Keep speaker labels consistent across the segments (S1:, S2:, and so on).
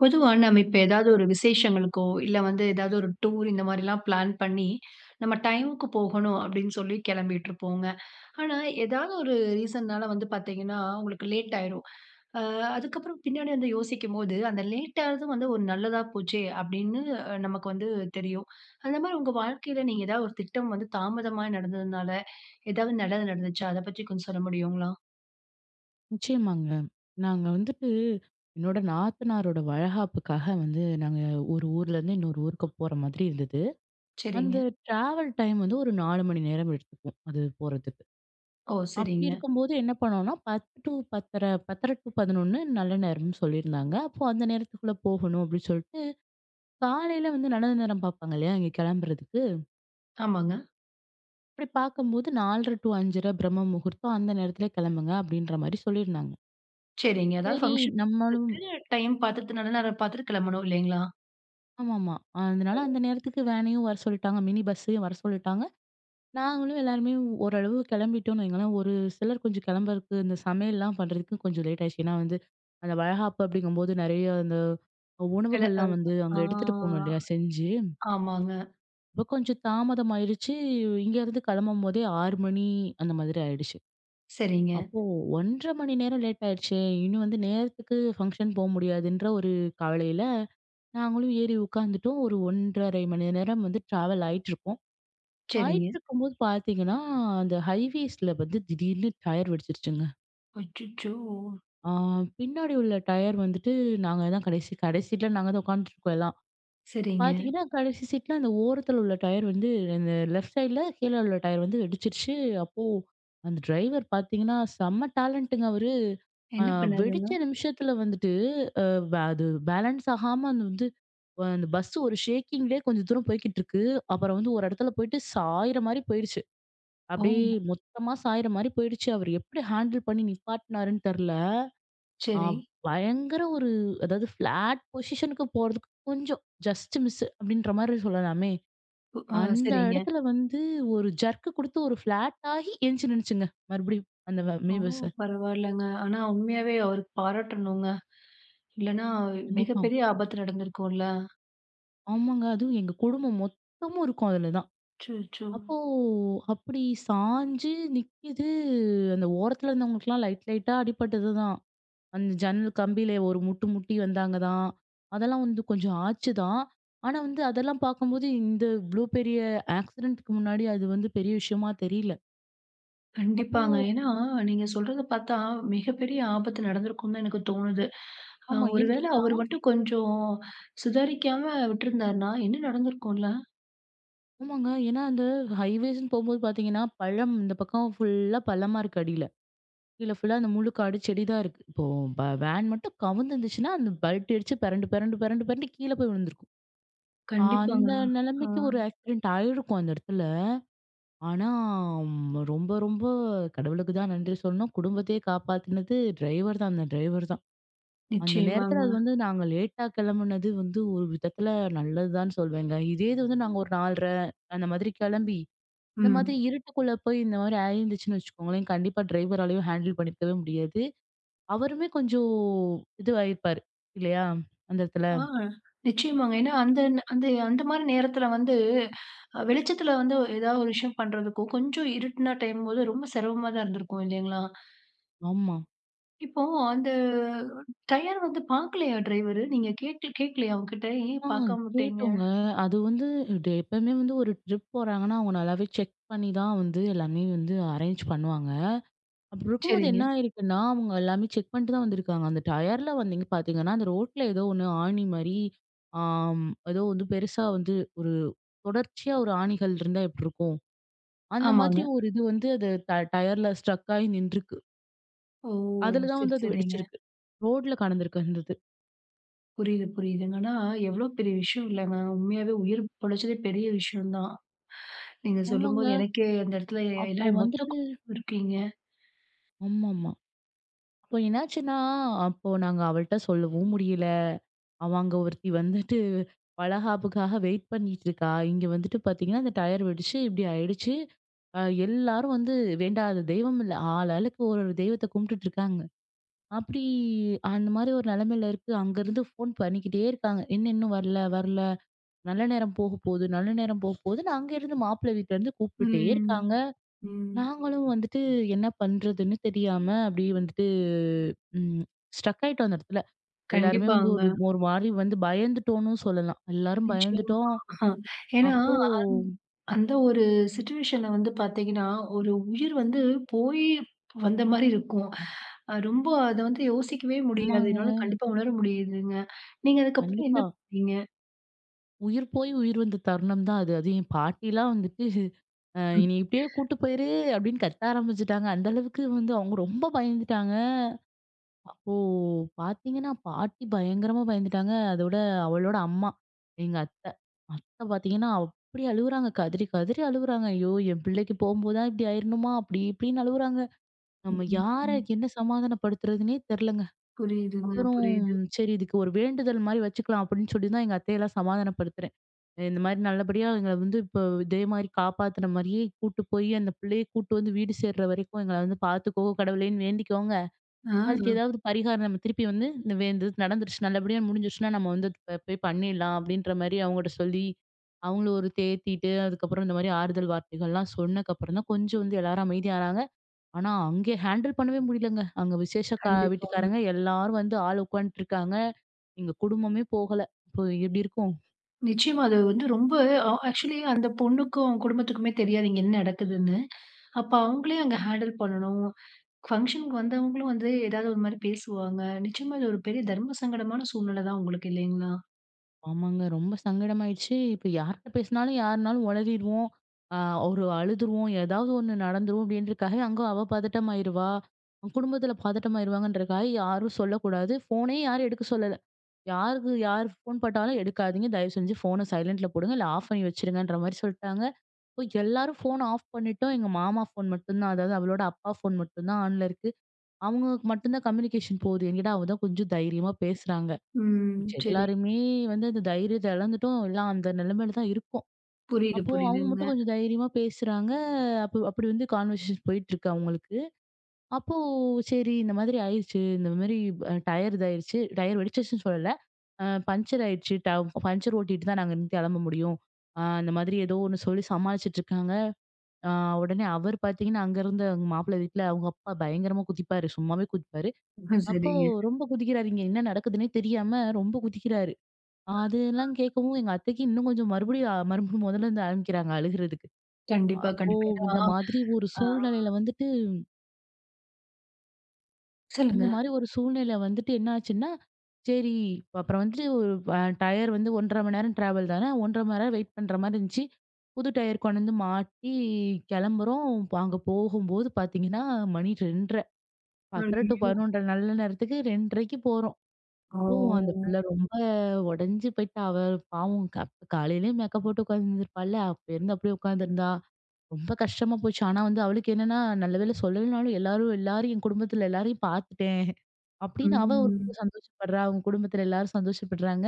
S1: பொதுவா நம்ம இப்ப ஏதாவது ஒரு விசேஷங்களுக்கோ, இல்ல வந்து ஏதாவது ஒரு டூர் இந்த மாரிலாம் பிளான் பண்ணி, நம்ம டைமுக்கு போகணும் அப்படின்னு சொல்லி கிளம்பிட்டுருப்போங்க. ஆனா, ஏதாவது ஒரு ரீசன்னால வந்து பார்த்தீங்கன்னா, உங்களுக்கு லேட் ஆயிரும். அ அதுக்கப்புறம் பின்னாடி வந்து யோசிக்கும்போது, அந்த லேட் ஆனது வந்து ஒரு நல்லதா போச்சே அப்படின்னு நமக்கு வந்து தெரியும். அந்த மாரி உங்க வாழ்க்கையில நீங்க ஏதாவது ஒரு திட்டம் வந்து தாமதமா நடந்ததுனால, ஏதாவது நல்லது நடந்துச்சா? அத பத்தி கொஞ்சம் சொல்ல முடியுங்களா?
S2: நிச்சயமாங்க. நாங்க வந்துட்டு என்னோட நாத்தனாரோட வளகாப்புக்காக வந்து நாங்க ஒரு ஊர்ல இருந்து இன்னொரு ஊருக்கு போற மாதிரி இருந்தது.
S1: சரிங்க.
S2: அந்த டிராவல் டைம் வந்து ஒரு 4 மணி நேரம் எடுத்துக்கும். அது போறதுக்கு.
S1: ஓ,
S2: அப்படி
S1: சரிங்க.
S2: இருக்கும்போது என்ன பண்ணோம்னா 10 டூ 10:30 10:30 டூ 11 நல்ல நேரம்னு சொல்லியிருந்தாங்க. அப்போ அந்த நேரத்துக்குள்ள போகணும் அப்படின்னு சொல்லிட்டு, காலையில வந்து நல்ல நேரம் பார்ப்பாங்க இல்லையா? இங்க கிளம்புறதுக்கு.
S1: ஆமாங்க.
S2: அப்படி பார்க்கும்போது 4:30 டூ 5:30 பிரம்ம முகூர்த்தம் அந்த நேரத்திலே கிளம்புங்க அப்படின்ற மாரி சொல்லியிருந்தாங்க.
S1: சரிங்க. அதாவது,
S2: சரி
S1: ஃபங்ஷன்
S2: நம்மளும்
S1: வந்துட்டு டைம் பார்த்துட்டு நல்ல நேரம் பார்த்துட்டு கிளம்பணும், இல்லைங்களா?
S2: ஆமாமா. அதனால அந்த நேரத்துக்கு வேனையும் வர சொல்லிட்டாங்க. மினி பஸ்ஸையும் வர சொல்லிட்டாங்க. நாங்களும் எல்லாருமே ஓரளவு கிளம்பிட்டோம்னு வைங்களேன். ஒரு சிலர் கொஞ்சம் கிளம்புறதுக்கு இந்த சமையல்லாம் பண்றதுக்கு கொஞ்சம் லேட் ஆயிடுச்சு. ஏன்னா வந்து அந்த வளைகாப்பு அப்படிங்கும்போது நெறைய அந்த உணவுகள்லாம்
S1: அதுதான்.
S2: வந்து அங்க எடுத்துட்டு போணும் இல்லையா? செஞ்சு.
S1: ஆமாங்க.
S2: அப்ப கொஞ்சம் தாமதம் ஆயிருச்சு. இங்கேருந்து கிளம்பும்போதே 6 மணி அந்த மாதிரி ஆயிடுச்சு.
S1: சரிங்க,
S2: அப்போ 1 1/2 மணி நேரம் லேட் ஆயிடுச்சே! இன்னும் வந்து நேரத்துக்கு ஃபங்ஷன் போ முடியாதுன்ற ஒரு கவலையில நாங்களும் ஏறி உட்காந்துட்டோம். ஒரு 1 1/2 மணி நேரம் வந்து டிராவல் ஆயிட்டுருக்கும்.
S1: சரிங்க.
S2: ஆயிட்டுருக்கும்போது பார்த்தீங்கன்னா, அந்த ஹைவேஸ்ல வந்து திடீர்னு டயர் வெடிச்சிருச்சுங்க.
S1: அச்சச்சோ!
S2: ஆ பின்னாடி உள்ள டயர் வந்துட்டு நாங்க தான் கடைசி கடைசி சீட்ல நாங்க தான் உட்காந்துட்டுருக்கோம் எல்லாம்.
S1: சரிங்க.
S2: பார்த்தீங்கன்னா, கடைசி சீட்ல அந்த ஓரத்துல உள்ள டயர் வந்து அந்த லெஃப்ட் சைட்ல கீழ உள்ள டயர் வந்து வெடிச்சிருச்சு. அப்போ அந்த டிரைவர் பார்த்தீங்கன்னா, செம்ம டேலண்ட்டுங்க அவரு. அ
S1: என்ன
S2: வெடிச்ச
S1: பண்ணாருங்க?
S2: நிமிஷத்துல வந்துட்டு, அ அது பேலன்ஸ் ஆகாம அது வந்து அந்த பஸ் ஒரு ஷேக்கிங்லயே கொஞ்சம் தூரம் போய்க்கிட்டு இருக்கு. அப்புறம் வந்து ஒரு இடத்துல போயிட்டு சாயிற மாரி போயிடுச்சு.
S1: ஓ,
S2: அப்படியே மொத்தமா சாயிற மாரி போயிடுச்சு. அவரு எப்படி ஹேண்டில் பண்ணி நிப்பாட்னாருன்னு தெரியல. ஆ
S1: சரி.
S2: பயங்கர ஒரு அதாவது ஃப்ளாட் பொசிஷனுக்கு போறதுக்கு கொஞ்சம் ஜஸ்ட் மிஸ் அப்படின்ற மாரி சொல்லலாமே. அந்த
S1: சரிங்க.
S2: இடத்துல வந்து ஒரு ஜர்க் குடுத்து ஒரு ஃப்ளாட் ஆகி எந்திச்சு நின்னுச்சுங்க. மறுபடியும் அந்த
S1: ஓ,
S2: மினி பஸ்.
S1: பரவாயில்லங்க. ஆனா உண்மையாவே அவருக்கு பாராட்டணுங்க. இல்லன்னா
S2: கண்டிப்பா.
S1: மிகப்பெரிய ஆபத்து நடந்திருக்கும்ல.
S2: ஆமாங்க. அதுவும் எங்க குடும்பம் மொத்தமும் இருக்கும் அதுல தான்.
S1: அச்சச்சோ!
S2: அப்போ அப்படி சாஞ்சு நிக்குது. அந்த ஓரத்துல இருந்தவங்களுக்கெல்லாம் லைட் லைட்டா அடிபட்டது தான். அந்த ஜன்னல் கம்பியில ஒரு முட்டு முட்டி வந்தாங்க தான். அதெல்லாம் வந்து கொஞ்சம் ஆச்சு தான். ஆனா வந்து அதெல்லாம் பார்க்கும்போது இந்த இவ்ளோ பெரிய ஆக்சிடென்ட்க்கு முன்னாடி அது வந்து பெரிய விஷயமா தெரியல. அப்போ
S1: கண்டிப்பாங்க. ஏன்னா, நீங்க சொல்றத பார்த்தா மிகப்பெரிய ஆபத்து நடந்திருக்கும்னு தான் எனக்கு தோணுது.
S2: ஆமா. ஏன்னு
S1: ஒருவேளை
S2: கேட்டா
S1: அவரு மட்டும் கொஞ்சம் சுதாரிக்காம விட்டிருந்தாருன்னா, என்ன நடந்திருக்கும்ல?
S2: ஆமாங்க. ஏன்னா அந்த ஹைவேஸ்ன்னு போம்போது பார்த்தீங்கன்னா, பழம் இந்த பக்கம் ஃபுல்லா பழமா இருக்கு அடியில. கீழ ஃபுல்லா அந்த முழு காடு செடி தான் இருக்கு. இப்போ வேன் மட்டும் கவுந்துருந்துச்சுன்னா, அந்த பல்டி அடிச்சு பெரண்டு பெரண்டு பெரண்டு பெரண்டு கீழ போய் விழுந்திருக்கும்.
S1: கண்டிப்பாங்க.
S2: அந்த
S1: ஆ
S2: நிலைமைக்கு ஒரு ஆக்சிடென்ட் ஆயிருக்கும் அந்த இடத்துல. ஆனா, ரொம்ப ரொம்ப கடவுளுக்கு தான் நன்றி சொல்லணும். குடும்பத்தையே காப்பாத்துனது டிரைவர் தான். அந்த டிரைவர் தான். அந்த நேரத்துல
S1: நிச்சயமாங்க.
S2: அது வந்து நாங்க லேட்டா கிளம்புனது வந்து ஒரு விதத்துல நல்லதுதான்னு சொல்வேங்க. இதே இது வந்து நாங்க ஒரு 4:30 அந்த மாதிரி கிளம்பி, இந்த மாதிரி
S1: ம்.
S2: இருட்டுக்குள்ள போய் இந்த மாதிரி ஆயிருந்துச்சுன்னு வச்சுக்கோங்களேன், கண்டிப்பா டிரைவராலயும் ஹேண்டில் பண்ணிக்கவே முடியாது. அவருமே கொஞ்சம் இதுவாயிருப்பாரு இல்லையா? அந்த இடத்துல.
S1: ஆ நிச்சயமாங்க. ஏன்னா, அந்த அந்த அந்த மாரி நேரத்தில வந்து வெளிச்சத்தில வந்து ஏதாவது ஒரு விஷயம் பண்றதுக்கும், கொஞ்சம் இருட்டுனா டைம்போது ரொம்ப சிரமமா தான் இருந்திருக்கும், இல்லைங்களா?
S2: ஆமா.
S1: இப்போ அந்த டயர் வந்து பார்க்கலையா டிரைவரு? நீங்க கேட்டு கேட்கலையா அவங்ககிட்ட? ஏன்
S2: ஆ
S1: பார்க்காம விட்டீங்க?
S2: கேட்டோங்க. அது வந்து இது எப்பவுமே வந்து ஒரு ட்ரிப் போறாங்கன்னா, அவங்க நல்லாவே செக் பண்ணி தான் வந்து எல்லாமே வந்து அரேஞ்ச் பண்ணுவாங்க. அப்படி இருக்கும்போது என்ன
S1: சரிங்க.
S2: ஆயிருக்குன்னா, அவங்க எல்லாமே செக் பண்ணிட்டு தான் வந்திருக்காங்க. அந்த டயர்ல வந்தீங்க பார்த்தீங்கன்னா, அந்த ரோட்ல ஏதோ ஒண்ணு ஆணி மாரி, ஆம் ஏதோ வந்து பெருசா வந்து ஒரு தொடர்ச்சியா ஒரு ஆணிகள் இருந்தா எப்படி இருக்கும்? அந்த
S1: ஆமாங்க.
S2: மாதிரி ஒரு இது வந்து அது டயர்ல ஸ்ட்ரக் ஆகி நின்றுருக்கு.
S1: ஓ!
S2: அதுல தான்
S1: சரி,
S2: வந்து அது
S1: சரிங்க.
S2: வெடிச்சிருக்கு. ரோட்ல கடந்திருக்கு அந்த இது.
S1: புரியுது, புரியுதுங்க. ஆனா எவ்ளோ பெரிய விஷயம் இல்லங்க. உண்மையாவே உயிர் பொழச்சதே பெரிய விஷயம் தான். நீங்க சொல்லும்போது
S2: ஆமாங்க.
S1: எனக்கே அந்த இடத்துல
S2: அப்போ
S1: எல்லாம் மொத்த
S2: வந்துட்டு
S1: குடும்பமும் இருக்கீங்க.
S2: ஆமாமா. இப்போ என்னாச்சுன்னா, அப்போ நாங்க அவள்ட்ட சொல்லவும் முடியல. அவ அங்க ஒருத்தி வந்துட்டு வளகாப்புக்காக வெயிட் பண்ணிட்டு இருக்கா. இங்க வந்துட்டு பார்த்தீங்கன்னா, அந்த டயர் வெடிச்சு இப்படி ஆயிடுச்சு. அ எல்லாரும் வந்து வேண்டாத தெய்வம் இல்ல. ஆளாளுக்கு ஒரு ஒரு தெய்வத்த கும்பிட்டுட்டு இருக்காங்க. அப்படி அந்த மாதிரி ஒரு நிலைமையில இருக்கு. அங்கருந்து ஃபோன் பண்ணிக்கிட்டே இருக்காங்க. "என்ன இன்னும் வரல, வரல. நல்ல நேரம் போக போகுது, நல்ல நேரம் போக போகுதுன்னு" அங்கேருந்து மாப்பிள்ளை வீட்லருந்து கூப்பிட்டுட்டே இருக்காங்க.
S1: ம். ம்.
S2: நாங்களும் வந்துட்டு என்ன பண்றதுன்னு தெரியாம அப்படியே வந்துட்டு ம் ஸ்ட்ரக் ஆயிட்டோம் அந்த இடத்துல. எல்லாருமே வந்து ஒரு
S1: கண்டிப்பாங்க.
S2: ஒரு மாரி வந்து பயந்துட்டோம்ன்னு சொல்லலாம். எல்லாரும்
S1: நிச்சயமா.
S2: பயந்துட்டோம்.
S1: ஏன்னா
S2: அப்போ
S1: அந் அந்த ஒரு சிச்சுவேஷன்ல வந்து பார்த்தீங்கன்னா, ஒரு உயிர் வந்து போய் வந்த மாரி இருக்கும். ரொம்ப அத வந்து யோசிக்கவே முடியாது.
S2: ஆமாங்க.
S1: என்னால கண்டிப்பா உணர முடியுதுங்க. நீங்க அதுக்கப்புறம் என்ன
S2: கண்டிப்பா.
S1: பண்ணீங்க?
S2: உயிர் போய் உயிர் வந்த தருணம் தான் அது. அது என் பாட்டிலாம் வந்துட்டு
S1: ம்.
S2: என்னைய இப்படியே கூட்டு போயிரு" அப்படின்னு கத்த ஆரம்பிச்சுட்டாங்க. அந்த அளவுக்கு வந்து அவங்க ரொம்ப பயந்துட்டாங்க. அப்போ பார்த்தீங்கன்னா, பாட்டி பயங்கரமா பயந்துட்டாங்க. அதோட அவளோட அம்மா, எங்க அத்தை. அத்தை பார்த்தீங்கன்னா, அப்படி அழுவுறாங்க. கதறி கதறி அழுவுறாங்க. "ஐயோ! என் பிள்ளைக்கு போம்போதா இப்படி ஆயிரணுமா?" அப்படி இப்படின்னு அழுவுறாங்க. நம்ம யார
S1: ம்.
S2: என்ன சமாதானப்படுத்துறதுன்னே தெரியலங்க.
S1: புரியுதுங்க,
S2: அப்புறம்
S1: புரியுது.
S2: சரி இதுக்கு ஒரு வேண்டுதல் மாரி வச்சுக்கலாம் அப்படின்னு சொல்லி தான் எங்க அத்தையெல்லாம் சமாதானப்படுத்துறேன். இந்த மாரி நல்லபடியா எங்கள வந்து இப்போ இதே மாரி காப்பாத்துன மாரியே கூட்டு போய் அந்த பிள்ளைய கூட்டு வந்து வீடு சேர்ற வரைக்கும் எங்கள வந்து பார்த்துக்கோ கடவுளேன்னு வேண்டிக்கோங்க.
S1: ஆ
S2: அதுக்கு ஏதாவது பரிகாரம் நம்ம திருப்பி வந்து இந்த இந்த இது நடந்துருச்சு. நல்லபடியா முடிஞ்சிருச்சுன்னா, நம்ம வந்து அது போய் பண்ணிடலாம் அப்படின்ற மாரி அவங்கட்ட சொல்லி, அவங்கள ஒரு தேத்திட்டு, அதுக்கப்புறம் இந்த மாரி ஆறுதல் வார்த்தைகள்லாம் சொன்னதுக்கப்புறம் தான் கொஞ்சம் வந்து எல்லாரும் அமைதியானாங்க. ஆனா, அங்கே ஹேண்டில் பண்ணவே முடியலங்க. அங்க விசேஷ
S1: கண்டிப்பாங்க.
S2: வீட்டுக்காரங்க எல்லாரும் வந்து ஆள் உட்காந்துட்டு இருக்காங்க. எங்க குடும்பமே போகல. இப்போ எப்படி இருக்கும்?
S1: நிச்சயமா அது வந்து ரொம்ப. ஆக்சுவலி அந்த பொண்ணுக்கும், அவங்க குடும்பத்துக்குமே தெரியாது இங்க என்ன நடக்குதுன்னு. அப்ப அவங்களே அங்க ஹேண்டில் பண்ணணும். ஃபங்ஷனுக்கு வந்தவங்களும் வந்து ஏதாவது ஒரு மாரி பேசுவாங்க. நிச்சயமா இது ஒரு பெரிய தர்ம சங்கடமான சூழ்நிலை தான் உங்களுக்கு, இல்லைங்களா?
S2: ஆமாங்க. ரொம்ப சங்கடமாயிடுச்சு. இப்ப யார்ட்ட பேசினாலும் யாருனாலும் உளறிருவோம். ஆ ஒரு அழுதுருவோம். ஏதாவது ஒண்ணு நடந்துரும் அப்படின்றக்காக அங்க அவ பதட்டமாயிருவா. குடும்பத்துல பதட்டமாயிருவாங்கன்றக்காக யாரும் சொல்லக்கூடாது. ஃபோனே யாரும் எடுக்க சொல்லல. யாருக்கு யார் ஃபோன் போட்டாலும் எடுக்காதீங்க. தயவு செஞ்சு ஃபோன சைலன்ட்ல போடுங்க. இல்ல ஆஃப் பண்ணி வச்சுருங்கன்ற மாரி சொல்ட்டாங்க. இப்போ எல்லாரும் ஃபோன் ஆஃப் பண்ணிட்டோம். எங்க மாமா ஃபோன் மட்டும் தான். அதாவது அவளோட அப்பா ஃபோன் மட்டும் தான் ஆன்ல இருக்கு. அவங்களுக்கு மட்டும் தான் கம்யூனிகேஷன் போகுது. என்கிட்ட அவ தான் கொஞ்சம் தைரியமா பேசுறாங்க.
S1: ம்.
S2: மிச்ச
S1: சரி.
S2: எல்லாருமே வந்து அந்த தைரியத்த இழந்துட்டோம். எல்லாம் அந்த நிலைமையில தான் இருக்கோம்.
S1: புரியுது,
S2: அப்போ அவங்க
S1: புரியுதுங்க.
S2: மட்டும் கொஞ்சம் தைரியமா பேசுறாங்க. அப்ப அப்படி வந்து கான்வர்சேஷன் போயிட்டுருக்கு அவங்களுக்கு. அப்போ சரி இந்த மாதிரி ஆயிருச்சு. இந்த மாதிரி டயர் இதாயிருச்சு. டயர் வெடிச்சிருச்சுன்னு சொல்லல. பஞ்சர் ஆயிடுச்சு. பஞ்சர் ஓட்டிட்டு தான் நாங்க இருந்து கிளம்ப முடியும். அந்த மாதிரி ஏதோ ஒண்ணு சொல்லி சமாளிச்சுட்டு இருக்காங்க. அ உடனே அவர் பார்த்தீங்கன்னா, அங்க இருந்த அவங்க மாப்பிள வீட்ல அவங்க அப்பா பயங்கரமா குதிப்பாரு. சும்மாவே குதிப்பாரு.
S1: ஆ,
S2: அப்போ
S1: சரிங்க.
S2: ரொம்ப குதிக்கிறாருங்க. என்ன நடக்குதுன்னே தெரியாம ரொம்ப குதிக்கிறாரு. அதெல்லாம் கேட்கவும் எங்க அத்தைக்கு இன்னும் கொஞ்சம் மறுபடியும் மறுபடியும் முதல்ல இருந்து ஆரம்பிக்கிறாங்க அழுகுறதுக்கு.
S1: கண்டிப்பா,
S2: அப்போ
S1: கண்டிப்பா.
S2: இந்த
S1: ஏன்னா.
S2: மாதிரி ஒரு
S1: ஆ,
S2: சூழ்நிலையில வந்துட்டு
S1: சொல்லுங்க.
S2: இந்த மாரி ஒரு சூழ்நிலை வந்துட்டு என்ன ஆச்சுன்னா, சரி அப்புறம் வந்துட்டு ஒரு டயர் வந்து 1 1/2 மணி நேரம் டிராவல் தானே, 1 1/2 மணி நேரம் வெயிட் பண்ற மாரி இருந்துச்சு. புது டயர் கொண்டு வந்து மாட்டி கிளம்புறோம். இப்ப அங்க போகும்போது பார்த்தீங்கன்னா, மணி 2 1/2 10 டூ
S1: ஐயோ!
S2: 11 நல்ல நேரத்துக்கு 2 1/2க்கு போறோம். ஓ! அந்த
S1: ஓ!
S2: பிள்ளை ரொம்ப உடைஞ்சு போயிட்டா. அவ பாவம் காலையிலயே மேக்கப் போட்டு உட்காந்துருந்துருப்பாள்ல. அப்ப இருந்து அப்படியே உட்காந்துருந்தா. ரொம்ப கஷ்டமா போச்சு. ஆனா வந்து அவளுக்கு என்னன்னா, நல்ல வேளை சொல்லலைனாலும் எல்லாரும் எல்லாரும் என் குடும்பத்துல எல்லாரையும் பார்த்துட்டேன். அப்படின்னு அவ ஒரு
S1: ம்.
S2: பக்கம் சந்தோஷப்படுறா. அவங்க குடும்பத்துல எல்லாரும் சந்தோஷப்படுறாங்க.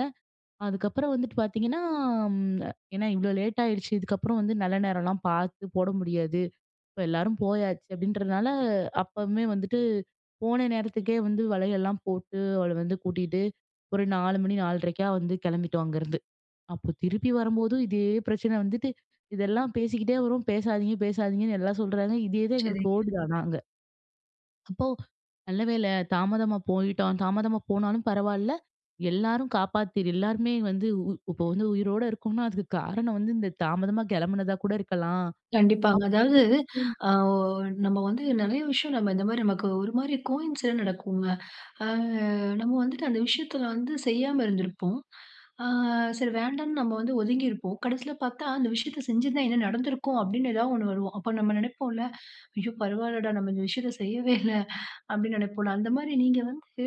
S2: அதுக்கப்புறம் வந்துட்டு பார்த்தீங்கன்னா, ம் ஏன்னா இவ்ளோ லேட் ஆயிடுச்சு. இதுக்கப்புறம் வந்து நல்ல நேரம்லாம் பார்த்து போட முடியாது. இப்ப எல்லாரும் போயாச்சு அப்படின்றதுனால, அப்பவுமே வந்துட்டு போன நேரத்துக்கே வந்து வலையெல்லாம் போட்டு, அவள வந்து கூட்டிட்டு ஒரு 4 மணி 4:30க்கா வந்து கிளம்பிட்டோம் அங்கருந்து. அப்போ திருப்பி வரும்போதும் இதே பிரச்சனை வந்துட்டு, இதெல்லாம் பேசிக்கிட்டே வரோம். பேசாதீங்க, பேசாதீங்கன்னு எல்லாம் சொல்றாங்க. இதே தான்
S1: சரி.
S2: எங்களுக்கு ஓடுது ஆனா அங்க. அப்போ நல்ல வேளை தாமதமா போயிட்டோம். தாமதமா போனாலும் பரவால்ல. எல்லாரும் காப்பாத்தி எல்லாருமே வந்து இப்போ வந்து உயிரோட இருக்கோம்னா, அதுக்கு காரணம் வந்து இந்த தாமதமா கிளம்புனதா கூட இருக்கலாம்.
S1: கண்டிப்பாங்க. அதாவது, ஆ நம்ம வந்து நெறைய விஷயம் நம்ம இந்த மாரி நமக்கு ஒரு மாரி கோயின்சிடென்ட் நடக்குங்க. ஆ நம்ம வந்துட்டு அந்த விஷயத்துல வந்து செய்யாம இருந்திருப்போம். ஆ சரி வேண்டான்னு நம்ம வந்து ஒதுங்கியிருப்போம். கடைசியில பார்த்தா, அந்த விஷயத்த செஞ்சிருந்தா என்ன நடந்திருக்கும்? அப்படின்னு ஏதாவது ஒண்ணு வரும். அப்ப நம்ம நினைப்போம்ல, ஐயோ, பரவாயில்லடா, நம்ம இந்த விஷயத்த செய்யவே இல்ல அப்படின்னு நினைப்போம்ல. அந்த மாரி நீங்க வந்து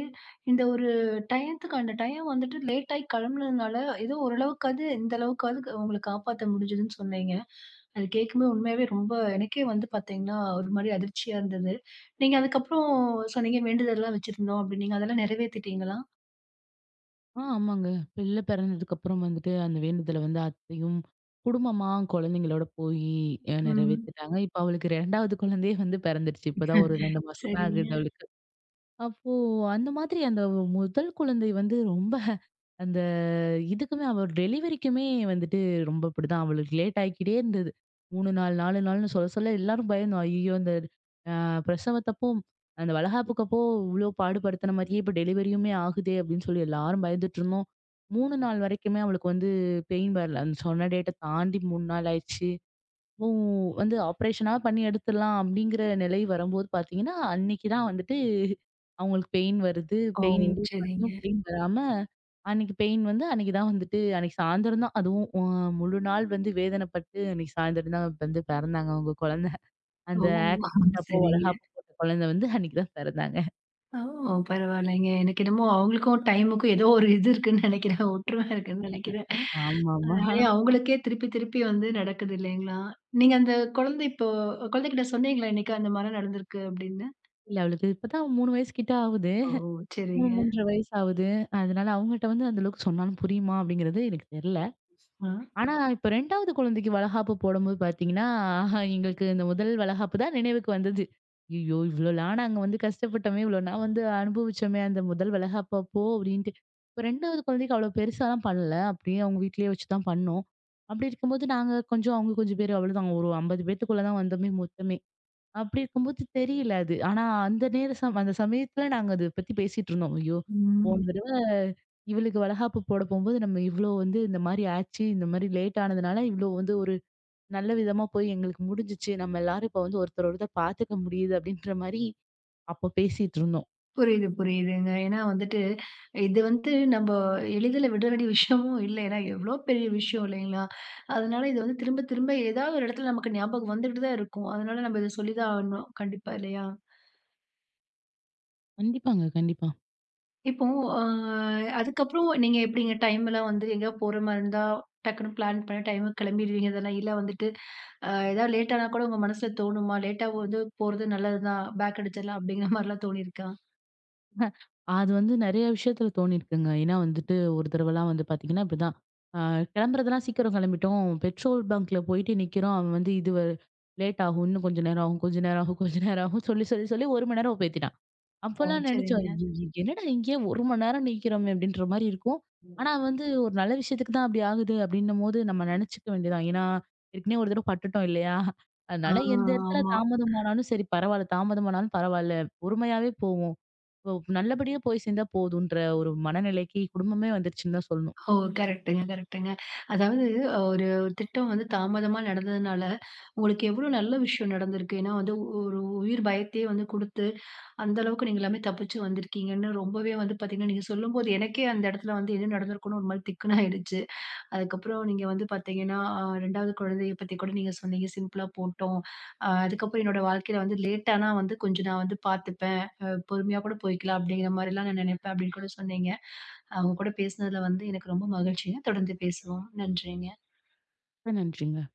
S1: இந்த ஒரு டயத்துக்கு அந்த டைம் வந்துட்டு லேட் ஆயி கிளம்புனதுனால, ஏதோ ஓரளவுக்காவது இந்த அளவுக்காவது உங்கள காப்பாத்த முடிஞ்சதுன்னு சொன்னீங்க. அது கேட்கும்போது உண்மையாவே ரொம்ப எனக்கே வந்து பார்த்தீங்கன்னா, ஒரு மாரி அதிர்ச்சியா இருந்தது. நீங்க அதுக்கப்புறம் சொன்னீங்க, வேண்டுதல்லாம் வச்சிருந்தோம் அப்படின்னீங்க. அதெல்லாம் நிறைவேத்திட்டீங்களா?
S2: ஆமாங்க. பிள்ளை பிறந்ததுக்கப்புறம் வந்துட்டு, அந்த வேண்டுதல வந்து அத்தையும், குடும்பமா குழந்தைங்களோட போயி
S1: ம்.
S2: நிறைவேத்திட்டாங்க. இப்ப அவளுக்கு 2வது குழந்தையே வந்து பிறந்துருச்சு. இப்பதான் ஒரு 2 மாசம் தான்
S1: சரிங்க.
S2: ஆகுது அவளுக்கு. அப்போ அந்த மாதிரி அந்த முதல் குழந்தை வந்து ரொம்ப அந்த இதுக்குமே அவ டெலிவரிக்குமே வந்துட்டு ரொம்ப இப்படிதான் அவளுக்கு லேட் ஆகிக்கிட்டே இருந்தது. 3 நாள், 4 நாள்னு சொல்ல சொல்ல எல்லாரும் பயந்தோம். ஐய்யய்யோ! இந்த பிரசவத்தப்போ, அந்த வளகாப்புக்கப்போ இவ்ளோ பாடுபடுத்துன மாரியே இப்ப டெலிவரியுமே ஆகுதே! அப்படின்னு சொல்லி எல்லாரும் பயந்துட்டுருந்தோம். 3 நாள் வரைக்குமே அவளுக்கு வந்து பெயின் வரல. அந்த சொன்ன டேட்ட தாண்டி 3 நாள் ஆயிருச்சு. அப்பவும் வந்து ஆப்ரேஷனா பண்ணி எடுத்துடலாம் அப்படிங்கிற நிலை வரும்போது பார்த்தீங்கன்னா, அன்னைக்கு தான் வந்துட்டு அவங்களுக்கு பெயின் வருது.
S1: ஓ,
S2: பெயின் இன்டியூஸ் பண்ணியும்
S1: சரிங்க.
S2: பெயின் வராம, அன்னைக்கு பெயின் வந்து அன்னைக்கு தான் வந்துட்டு அன்னைக்கு சாயந்தரம் தான் அதுவும் முழு நாள் வந்து வேதனைப்பட்டு அன்னைக்கு சாயந்தரம் தான் வந்து பிறந்தாங்க அவங்க குழந்தை.
S1: ஓ,
S2: அந்த ஆக்சிடென்ட் அப்போ
S1: சரிங்க.
S2: வளகாப்பு போட்ட குழந்தை வந்து அன்னைக்கு தான் பிறந்தாங்க.
S1: ஓ, பரவாயில்லைங்க. எனக்கு என்னமோ அவங்களுக்கும் டைமுக்கும் ஏதோ ஒரு இது இருக்குன்னு நினைக்கிறேன். ஒற்றுமை இருக்குன்னு நினைக்கிறேன்.
S2: ஆமாமா.
S1: நெறைய அவங்களுக்கே திருப்பி திருப்பி வந்து நடக்குது, இல்லைங்களா? நீங்க அந்த குழந்தை இப்போ குழந்தைகிட்ட சொன்னீங்களா இன்னைக்கு அந்த மாரி நடந்திருக்கு அப்படின்னு?
S2: இல்ல அவளுக்கு இப்பதான் 3 வயசு கிட்ட ஆவுது.
S1: ஓ, சரிங்க.
S2: 3, 3 1/2 வயசு ஆவுது. அதனால அவங்கட்ட வந்து அந்த அளவுக்கு சொன்னாலும் புரியுமா? அப்படிங்கிறது எனக்கு தெரியல.
S1: ஆ.
S2: ஆனா, இப்ப 2வது குழந்தைக்கு வளகாப்பு போடும்போது பார்த்தீங்கன்னா, எங்களுக்கு இந்த முதல் வளகாப்பு தான் நினைவுக்கு வந்தது. ஐயோ! இவ்வளோலாம் நாங்க வந்து கஷ்டப்பட்டோமே! இவ்வளோனா வந்து அனுபவிச்சோமே! அந்த முதல் வளகாப்பு அப்போ அப்டின்ட்டு. இப்ப 2வது குழந்தைக்கு அவ்வளோ பெருசாலாம் பண்ணல. அப்படியே அவங்க வீட்லயே வச்சு தான் பண்ணோம். அப்படி இருக்கும்போது, நாங்க கொஞ்சம் அவங்க கொஞ்சம் பேரு அவ்வளோதான். ஒரு 50 பேத்துக்குள்ள தான் வந்தோமே மொத்தமே. அப்படி இருக்கும்போது தெரியல அது. ஆனா அந்த நேர சம் அந்த சமயத்துல நாங்க அத பத்தி பேசிட்டு இருந்தோம். ஐயோ! போன
S1: ம்.
S2: தடவ இவளுக்கு வளகாப்பு போட போம்போது நம்ம இவ்ளோ வந்து இந்த மாரி ஆச்சு. இந்த மாரி லேட் ஆனதுனால இவ்ளோ வந்து ஒரு நல்ல விதமா போய் எங்களுக்கு முடிஞ்சுச்சு. நம்ம எல்லாரும் இப்ப வந்து ஒருத்தர் ஒருத்தர் பாத்துக்க முடியுது அப்படின்ற மாரி அப்ப பேசிட்டு இருந்தோம்.
S1: புரியுது, புரியுதுங்க. ஏன்னா வந்துட்டு, இது வந்து நம்ப எளிதில விட வேண்டிய விஷயமும் இல்ல. ஏன்னா எவ்வளோ பெரிய விஷயம், இல்லைங்களா? அதனால இது வந்து திரும்ப திரும்ப ஏதாவது ஒரு இடத்துல நமக்கு ஞாபகம் வந்துகிட்டு தான் இருக்கும். அதனால நம்ம இத சொல்லி தான் ஆகணும். கண்டிப்பா, இல்லையா?
S2: கண்டிப்பாங்க, கண்டிப்பா.
S1: இப்போ அ அதுக்கப்புறம் நீங்க எப்படிங்க டைம்லாம் வந்து எங்கேயா போற மாரி இருந்தா, டக்குன்னு பிளான் பண்ணி டைமுக்கு கிளம்பிருவீங்க தானே? இல்ல வந்துட்டு ஏதாவது லேட் ஆனா கூட உங்க மனசுல தோணுமா? லேட்டா வந்து போறது நல்லது தான். பேக் அடிச்சிடலாம் அப்படிங்கிற மாரிலாம் தோணியிருக்கா?
S2: அது வந்து நெறைய விஷயத்துல தோணியிருக்குங்க. ஏன்னா வந்துட்டு ஒரு தடவலாம் வந்து பார்த்தீங்கன்னா, இப்படிதான். அ கிளம்புறதெல்லாம் சீக்கிரம் கிளம்பிட்டோம். பெட்ரோல் பங்க்ல போயிட்டு நிக்கிறோம். அவன் வந்து இது லேட் ஆகும். இன்னும் கொஞ்ச நேரம் ஆகும், கொஞ்ச நேரம் ஆகும், கொஞ்ச நேரம் ஆகும் சொல்லி, சொல்லி, சொல்லி 1 மணி நேரம் பேத்திட்டான்.
S1: ஓ,
S2: அப்போலாம் நெனச்சோம்,
S1: சரிங்க.
S2: "எ எ என்னடா இங்கேயே 1 மணி நேரம் நிக்கிறோமே!" அப்படின்ற மாரி இருக்கும். ஆனா வந்து ஒரு நல்ல விஷயத்துக்கு தான் அப்படி ஆகுது அப்படின்னும்போது நம்ம நெனச்சுக்க வேண்டியதுதான். ஏன்னா, ஏற்கனவே ஒரு தடவ பட்டுட்டோம் இல்லையா?
S1: ஆ
S2: அதனால எந்த இடத்துல
S1: ஆமா.
S2: தாமதமானாலும் சரி பரவால்ல, தாமதமானாலும் பரவால்ல. பொறுமையாவே போவோம். ஓ, நல்லபடியா போய் சேர்ந்தா போதுன்ற ஒரு மனநிலைக்கு குடும்பமே வந்துருச்சுன்னு தான் சொல்லணும்.
S1: ஓ, கரெக்ட்டுங்க, கரெக்ட்டுங்க. அதாவது, ஒரு திட்டம் வந்து தாமதமா நடந்ததுனால உங்களுக்கு எவ்வளோ நல்ல விஷயம் நடந்திருக்கு. ஏன்னா வந்து ஒரு உயிர் பயத்தையே வந்து குடுத்து, அந்த அளவுக்கு நீங்க எல்லாமே தப்பிச்சு வந்திருக்கீங்கன்னு ரொம்பவே வந்து பார்த்தீங்கன்னா, நீங்க சொல்லும்போது எனக்கே அந்த இடத்துல வந்து என்ன நடந்திருக்கும்னு ஒரு மாரி திக்குனாயிடுச்சு. அதுக்கப்புறம் நீங்க வந்து பார்த்தீங்கன்னா, 2வது குழந்தைய பத்தி கூட நீங்க சொன்னீங்க. சிம்பிளா போட்டோம். அதுக்கப்புறம் என்னோட வாழ்க்கையில வந்து லேட்டானா வந்து கொஞ்சம் நான் வந்து பார்த்துப்பேன். பொறுமையா கூட போய்க்கலாம் அப்படிங்கிற மாரிலாம் நான் நினைப்பேன் அப்படின்னு கூட சொன்னீங்க. உங்க கூட பேசினதுல வந்து எனக்கு ரொம்ப மகிழ்ச்சிங்க. தொடர்ந்து பேசுவோம். நன்றிங்க.
S2: மிக்க நன்றிங்க.